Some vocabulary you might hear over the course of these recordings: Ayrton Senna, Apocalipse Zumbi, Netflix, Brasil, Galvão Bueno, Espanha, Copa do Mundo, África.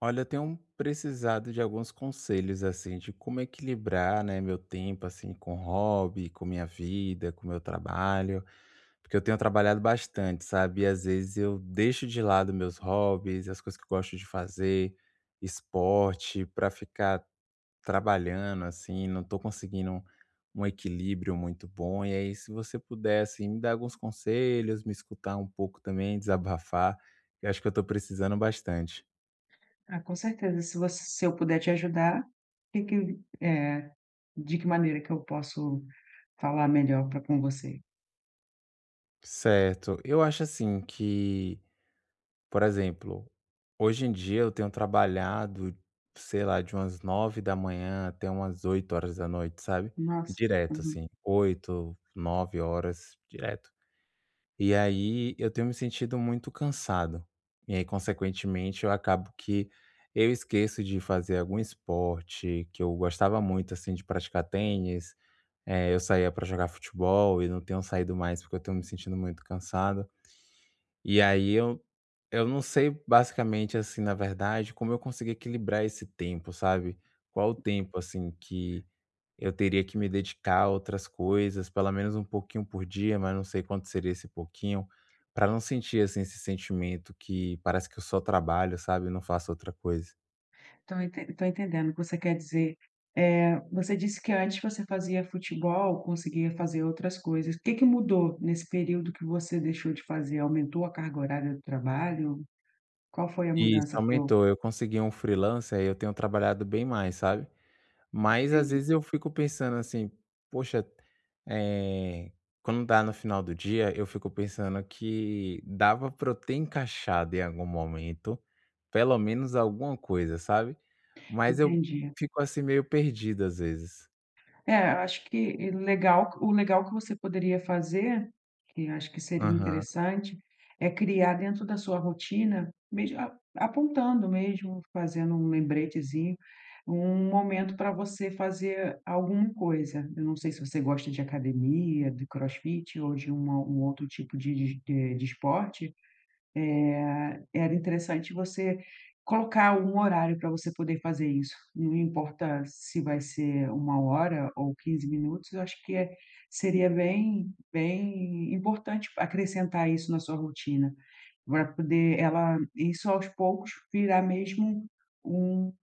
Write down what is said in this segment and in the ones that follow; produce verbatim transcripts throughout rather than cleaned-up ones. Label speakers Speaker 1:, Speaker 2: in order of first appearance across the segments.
Speaker 1: Olha, eu tenho precisado de alguns conselhos, assim, de como equilibrar, né, meu tempo, assim, com hobby, com minha vida, com meu trabalho, porque eu tenho trabalhado bastante, sabe? E às vezes eu deixo de lado meus hobbies, as coisas que eu gosto de fazer, esporte, para ficar trabalhando, assim, não tô conseguindo um equilíbrio muito bom. E aí, se você puder, assim, me dar alguns conselhos, me escutar um pouco também, desabafar, eu acho que eu tô precisando bastante.
Speaker 2: Ah, com certeza. Se você se eu puder te ajudar, que que eh, de que maneira que eu posso falar melhor para com você?
Speaker 1: Certo. Eu acho assim que, por exemplo, hoje em dia eu tenho trabalhado, sei lá, de umas nove da manhã até umas oito horas da noite, sabe?
Speaker 2: Nossa,
Speaker 1: Direto,
Speaker 2: uhum.
Speaker 1: assim, oito nove horas direto. E aí eu tenho me sentido muito cansado. E aí, consequentemente, eu acabo que eu esqueço de fazer algum esporte que eu gostava muito, assim, de praticar tênis. Eh, eu saía para jogar futebol e não tenho saído mais porque eu tenho me sentindo muito cansado. E aí eu eu não sei basicamente, assim, na verdade, como eu consegui equilibrar esse tempo, sabe. Qual o tempo, assim, que eu teria que me dedicar a outras coisas, pelo menos um pouquinho por dia, mas não sei quanto seria esse pouquinho, para não sentir, assim, esse sentimento que parece que eu só trabalho, sabe, não faço outra coisa.
Speaker 2: Estou entendendo o que você quer dizer. Eh, você disse que antes você fazia futebol, conseguia fazer outras coisas. O que que mudou nesse período que você deixou de fazer? Aumentou a carga horária do trabalho? Qual foi a
Speaker 1: E isso,
Speaker 2: mudança que houve?
Speaker 1: aumentou. Eu consegui um freelancer, aí eu tenho trabalhado bem mais, sabe. Mas às
Speaker 2: Entendi,
Speaker 1: vezes eu fico pensando assim: "Poxa", eh, quando dá no final do dia, eu fico pensando que dava para eu ter encaixado em algum momento, pelo menos alguma coisa, sabe. Mas eu
Speaker 2: entendi.
Speaker 1: fico assim meio perdido às vezes.
Speaker 2: É, eu acho que legal o legal que você poderia fazer, que eu acho que seria
Speaker 1: Aham,
Speaker 2: interessante, é criar dentro da sua rotina, mesmo a apontando mesmo, fazendo um lembretezinho, um momento para você fazer alguma coisa. Eu não sei se você gosta de academia, de crossfit ou de uma um outro tipo de de de esporte, eh, era interessante você colocar um horário para você poder fazer isso. Não importa se vai ser uma hora ou quinze minutos, eu acho que é seria bem bem importante acrescentar isso na sua rotina, para poder ela isso aos poucos virar mesmo um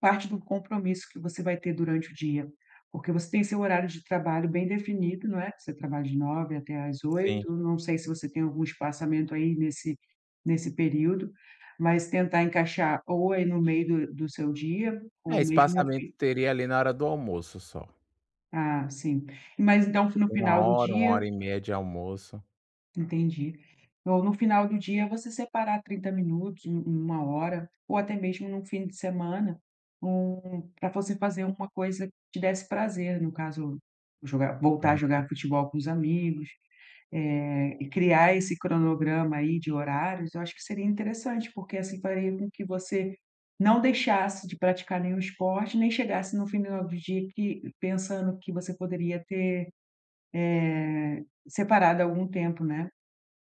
Speaker 2: parte do compromisso que você vai ter durante o dia, porque você tem seu horário de trabalho bem definido, não é, você trabalha de nove até às
Speaker 1: sim.
Speaker 2: oito. Não sei se você tem algum espaçamento aí nesse nesse período, mas tentar encaixar ou aí no meio do do seu dia
Speaker 1: É,
Speaker 2: ou mesmo no
Speaker 1: espaçamento
Speaker 2: fim.
Speaker 1: teria ali na hora do almoço só.
Speaker 2: Ah, sim. Mas então no
Speaker 1: Uma
Speaker 2: final do
Speaker 1: hora, uma
Speaker 2: dia.
Speaker 1: hora e meia de almoço.
Speaker 2: Entendi. Ou no final do dia você separar trinta minutos, um uma hora, ou até mesmo num fim de semana, um pra você fazer uma coisa que te desse prazer, no caso, jogar voltar a
Speaker 1: Uhum.
Speaker 2: jogar futebol com os amigos, eh, e criar esse cronograma aí de horários, eu acho que seria interessante, porque assim faria com que você não deixasse de praticar nenhum esporte, nem chegasse no final do dia que pensando que você poderia ter, eh, separado algum tempo, né?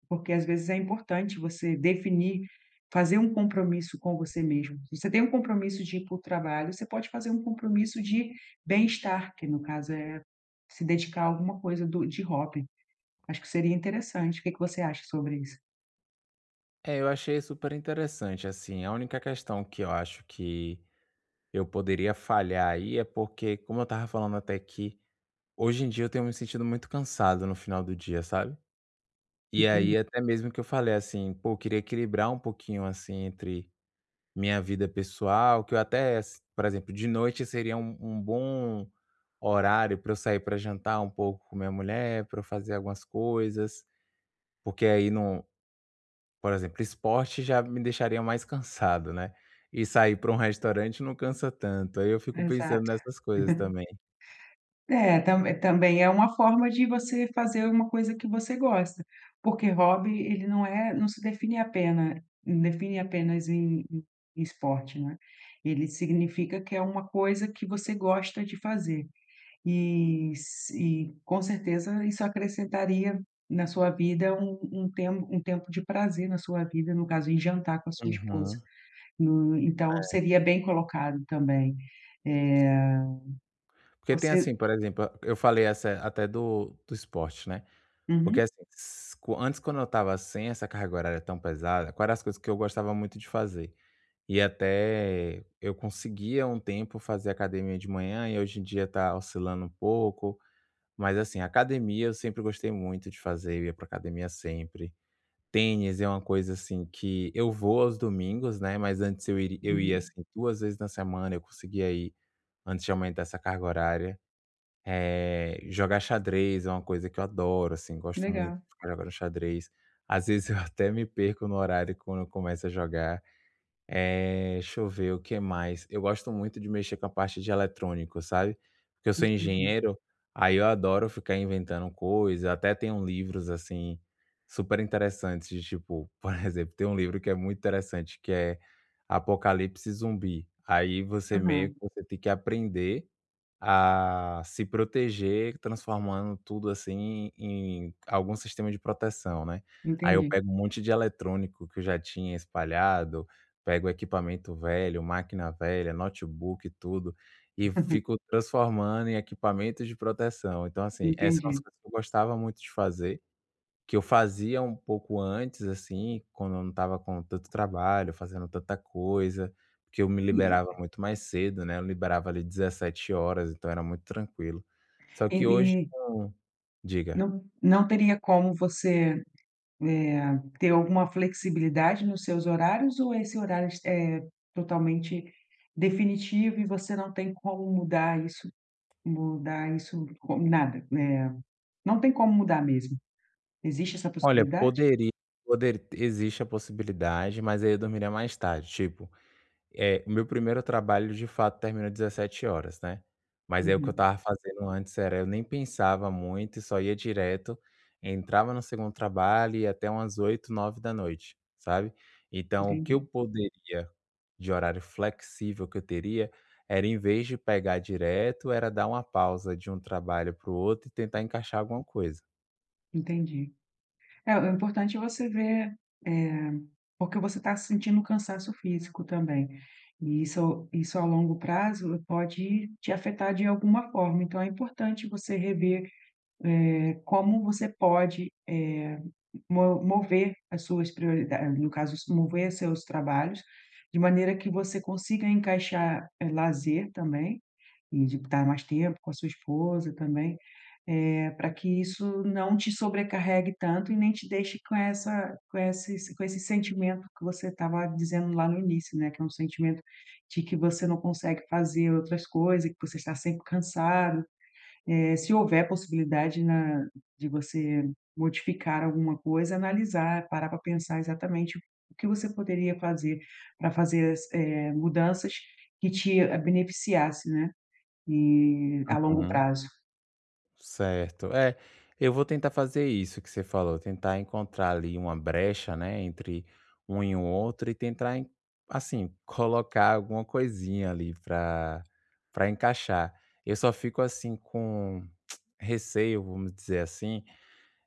Speaker 2: Porque às vezes é importante você definir, fazer um compromisso com você mesmo. Se você tem um compromisso de ir para o trabalho, você pode fazer um compromisso de bem-estar, que no caso é se dedicar a alguma coisa do de hobby. Acho que seria interessante. O que que você acha sobre isso?
Speaker 1: É, eu achei super interessante, assim, a única questão que eu acho que eu poderia falhar aí, é porque, como eu tava falando até aqui, hoje em dia eu tenho me sentido muito cansado no final do dia, sabe? E
Speaker 2: Entendi.
Speaker 1: aí até mesmo que eu falei assim, pô, eu queria equilibrar um pouquinho assim entre minha vida pessoal, que eu até, s- por exemplo, de noite seria um, um bom horário para eu sair para jantar um pouco com minha mulher, para eu fazer algumas coisas, porque aí não, por exemplo, esporte já me deixaria mais cansado, né? E sair para um restaurante não cansa tanto. Aí eu fico pensando
Speaker 2: Exato.
Speaker 1: nessas coisas também.
Speaker 2: É, tam também é uma forma de você fazer uma coisa que você gosta, porque hobby ele não é não se define apena define apenas em em esporte, né, ele significa que é uma coisa que você gosta de fazer, e s e com certeza isso acrescentaria na sua vida um um tempo um tempo de prazer na sua vida, no caso em jantar com a sua esposa,
Speaker 1: Uhum.
Speaker 2: no então seria bem colocado também. Eh,
Speaker 1: Porque tem
Speaker 2: você
Speaker 1: assim, por exemplo, eu falei essa até do do esporte, né, porque
Speaker 2: uhum,
Speaker 1: assim, s co antes quando eu estava sem essa carga horária tão pesada, qual era as coisas que eu gostava muito de fazer. E até eu conseguia um tempo fazer academia de manhã e hoje em dia tá oscilando um pouco, mas assim, academia eu sempre gostei muito de fazer, eu ia pra academia sempre. Tênis é uma coisa assim que eu vou aos domingos, né, mas antes eu iri eu ia
Speaker 2: uhum.
Speaker 1: assim duas vezes na semana, eu conseguia ir. Antes de aumentar essa carga horária. Eh, jogar xadrez é uma coisa que eu adoro, assim, gosto muito
Speaker 2: Legal,
Speaker 1: de ficar jogando xadrez. Às vezes eu até me perco no horário quando eu começo a jogar. Eh, deixa eu ver o que mais. Eu gosto muito de mexer com a parte de eletrônico, sabe? Porque eu sou
Speaker 2: entendi.
Speaker 1: engenheiro, aí eu adoro ficar inventando coisas. Até tenho livros, assim, super interessantes. De, tipo, por exemplo, tem um livro que é muito interessante, que é Apocalipse Zumbi. Aí você meio
Speaker 2: Aham,
Speaker 1: que você tem que aprender a se proteger, transformando tudo, assim, em algum sistema de proteção, né. Aí eu
Speaker 2: entendi,
Speaker 1: pego um monte de eletrônico que eu já tinha espalhado, pego equipamento velho, máquina velha, notebook e tudo, e fico transformando em equipamento de proteção. Então, assim, essa é umas
Speaker 2: entendi.
Speaker 1: coisas que eu gostava muito de fazer, que eu fazia um pouco antes, assim, quando eu não estava com tanto trabalho, fazendo tanta coisa, porque eu me liberava
Speaker 2: E
Speaker 1: muito mais cedo, né, eu liberava ali dezessete horas, então era muito tranquilo. Só
Speaker 2: e
Speaker 1: que hoje
Speaker 2: e
Speaker 1: com... Diga.
Speaker 2: não não teria como você, eh, ter alguma flexibilidade nos seus horários ou esse horário é totalmente definitivo e você não tem como mudar isso mudar isso com nada, eh, não tem como mudar mesmo? Existe essa
Speaker 1: Olha,
Speaker 2: possibilidade?
Speaker 1: poderia poder existe a possibilidade, mas aí eu dormiria mais tarde, tipo, é, o meu primeiro trabalho de fato termina dezessete horas, né. Mas aí o que eu
Speaker 2: Uhum,
Speaker 1: tava fazendo antes era eu nem pensava muito e só ia direto, entrava no segundo trabalho e ia até umas oito, nove da noite, sabe. Então o que eu
Speaker 2: entendi,
Speaker 1: poderia de horário flexível que eu teria, era em vez de pegar direto, era dar uma pausa de um trabalho para o outro e tentar encaixar alguma coisa.
Speaker 2: entendi. É, o importante é você ver, eh, porque você está sentindo cansaço físico também. E isso isso a longo prazo pode te afetar de alguma forma, então é importante você rever, eh, como você pode, eh, mo mover as suas prioridades, no caso, mover seus trabalhos, de maneira que você consiga encaixar, eh, lazer também, e de estar mais tempo com a sua esposa também. É, para que isso não te sobrecarregue tanto e nem te deixe com essa com esse com esse sentimento que você estava dizendo lá no início, né, que é um sentimento de que você não consegue fazer outras coisas, que você está sempre cansado. Eh, se houver possibilidade na de você modificar alguma coisa, analisar, parar para pensar exatamente o que você poderia fazer para fazer as, eh, mudanças que te eh, beneficiasse, né, e a longo prazo.
Speaker 1: Certo. É, eu vou tentar fazer isso que você falou, tentar encontrar ali uma brecha, né, entre um e o outro e tentar, en- assim, colocar alguma coisinha ali para para encaixar. Eu só fico assim com receio, vamos dizer assim,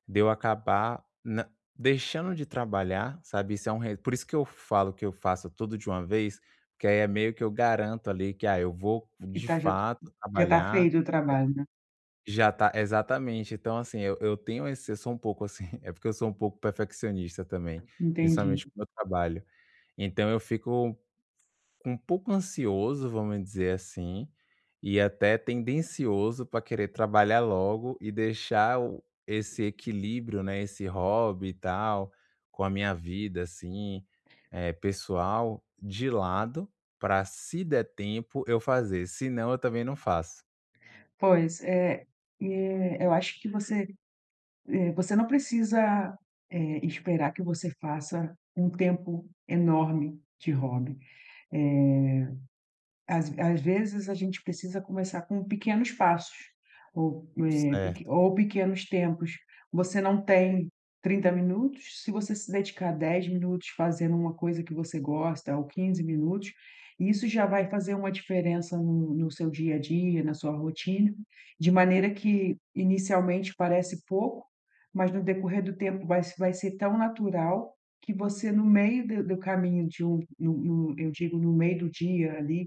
Speaker 1: de eu acabar na- deixando de trabalhar, sabe? Isso é um re... Por isso que eu falo que eu faço tudo de uma vez, porque aí é meio que eu garanto ali que ah, eu vou
Speaker 2: E
Speaker 1: de
Speaker 2: está já
Speaker 1: fato
Speaker 2: já está
Speaker 1: trabalhar,
Speaker 2: feito o trabalho, né.
Speaker 1: já tá, exatamente. Então, assim, eu eu tenho esse, eu sou um pouco assim, é porque eu sou um pouco perfeccionista também. Hum.
Speaker 2: Entendi.
Speaker 1: Principalmente com o meu trabalho. Então eu fico um pouco ansioso, vamos dizer assim, e até tendencioso para querer trabalhar logo e deixar o esse equilíbrio, né, esse hobby e tal, com a minha vida, assim, eh, pessoal, de lado, para se der tempo eu fazer, senão eu também não faço.
Speaker 2: Pois, eh, eh, eu acho que você, eh, você não precisa, eh, esperar que você faça um tempo enorme de hobby. Eh Às às vezes, a gente precisa começar com pequenos passos ou, eh, peque
Speaker 1: Certo,
Speaker 2: ou pequenos tempos. Você não tem trinta minutos, se você se dedicar dez minutos fazendo uma coisa que você gosta ou quinze minutos, isso já vai fazer uma diferença no no seu dia a dia, na sua rotina, de maneira que inicialmente parece pouco, mas no decorrer do tempo vai vai ser tão natural que você, no meio do do caminho de um no no eu digo, no meio do dia ali,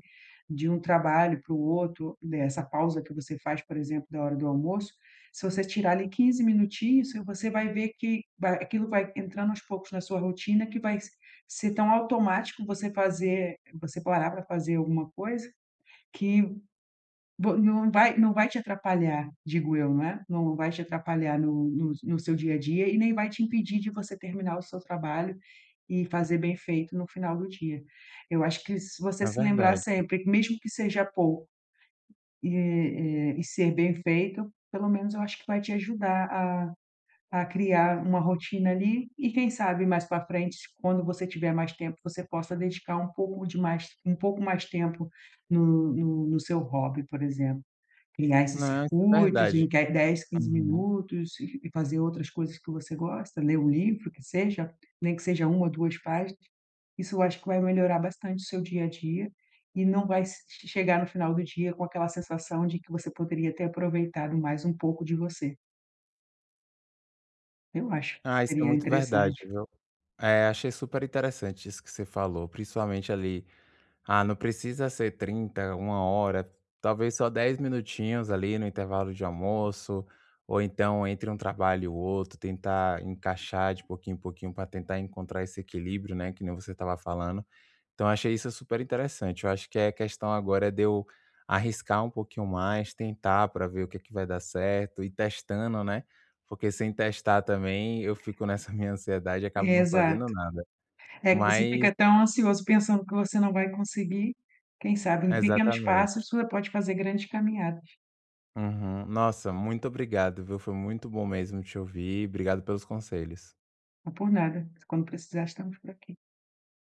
Speaker 2: de um trabalho para o outro, dessa pausa que você faz, por exemplo, da hora do almoço, se você tirar ali quinze minutinhos, você vai ver que vai aquilo vai entrando aos poucos na sua rotina, que vai ser tão automático você fazer você parar para fazer alguma coisa, que Vo não vai não vai te atrapalhar, digo eu, né, não vai te atrapalhar no no no seu dia a dia e nem vai te impedir de você terminar o seu trabalho e fazer bem feito no final do dia. Eu acho que se você
Speaker 1: é
Speaker 2: se lembrar
Speaker 1: verdade.
Speaker 2: sempre, mesmo que seja pouco, e, eh, e ser bem feito, pelo menos eu acho que vai te ajudar a a criar uma rotina ali e quem sabe mais para frente, se- quando você tiver mais tempo, você possa dedicar um pouco de mais um pouco mais tempo no no no seu hobby, por exemplo criar esses
Speaker 1: Não, isso é
Speaker 2: circuitos
Speaker 1: verdade.
Speaker 2: em que dez, quinze
Speaker 1: Uhum.
Speaker 2: minutos e e fazer outras coisas que você gosta, ler um livro que seja, nem que seja uma ou duas páginas, isso eu acho que vai melhorar bastante o seu dia a dia e não vai se che chegar no final do dia com aquela sensação de que você poderia ter aproveitado mais um pouco de você. Eu acho que
Speaker 1: Ah, isso é
Speaker 2: seria
Speaker 1: muito verdade,
Speaker 2: interessante.
Speaker 1: viu. Eh, achei super interessante isso que você falou, principalmente ali, ah, não precisa ser trinta, uma hora, talvez só dez minutinhos ali no intervalo de almoço, ou então entre um trabalho e o outro, tentar encaixar de pouquinho em pouquinho para tentar encontrar esse equilíbrio, né, que nem você estava falando. Então eu achei isso super interessante. Eu acho que a questão agora é de eu arriscar um pouquinho mais, tentar para ver o que é que vai dar certo, ir testando, né, porque sem testar também eu fico nessa minha ansiedade e acabo não
Speaker 2: Exato.
Speaker 1: fazendo nada.
Speaker 2: É que você
Speaker 1: Mas
Speaker 2: fica tão ansioso pensando que você não vai conseguir, quem sabe em pequenos
Speaker 1: exatamente.
Speaker 2: passos você pode fazer grandes caminhadas.
Speaker 1: Uhum. Nossa, muito obrigado, viu, foi muito bom mesmo te ouvir, obrigado pelos conselhos.
Speaker 2: Não por nada, quando precisar estamos por aqui.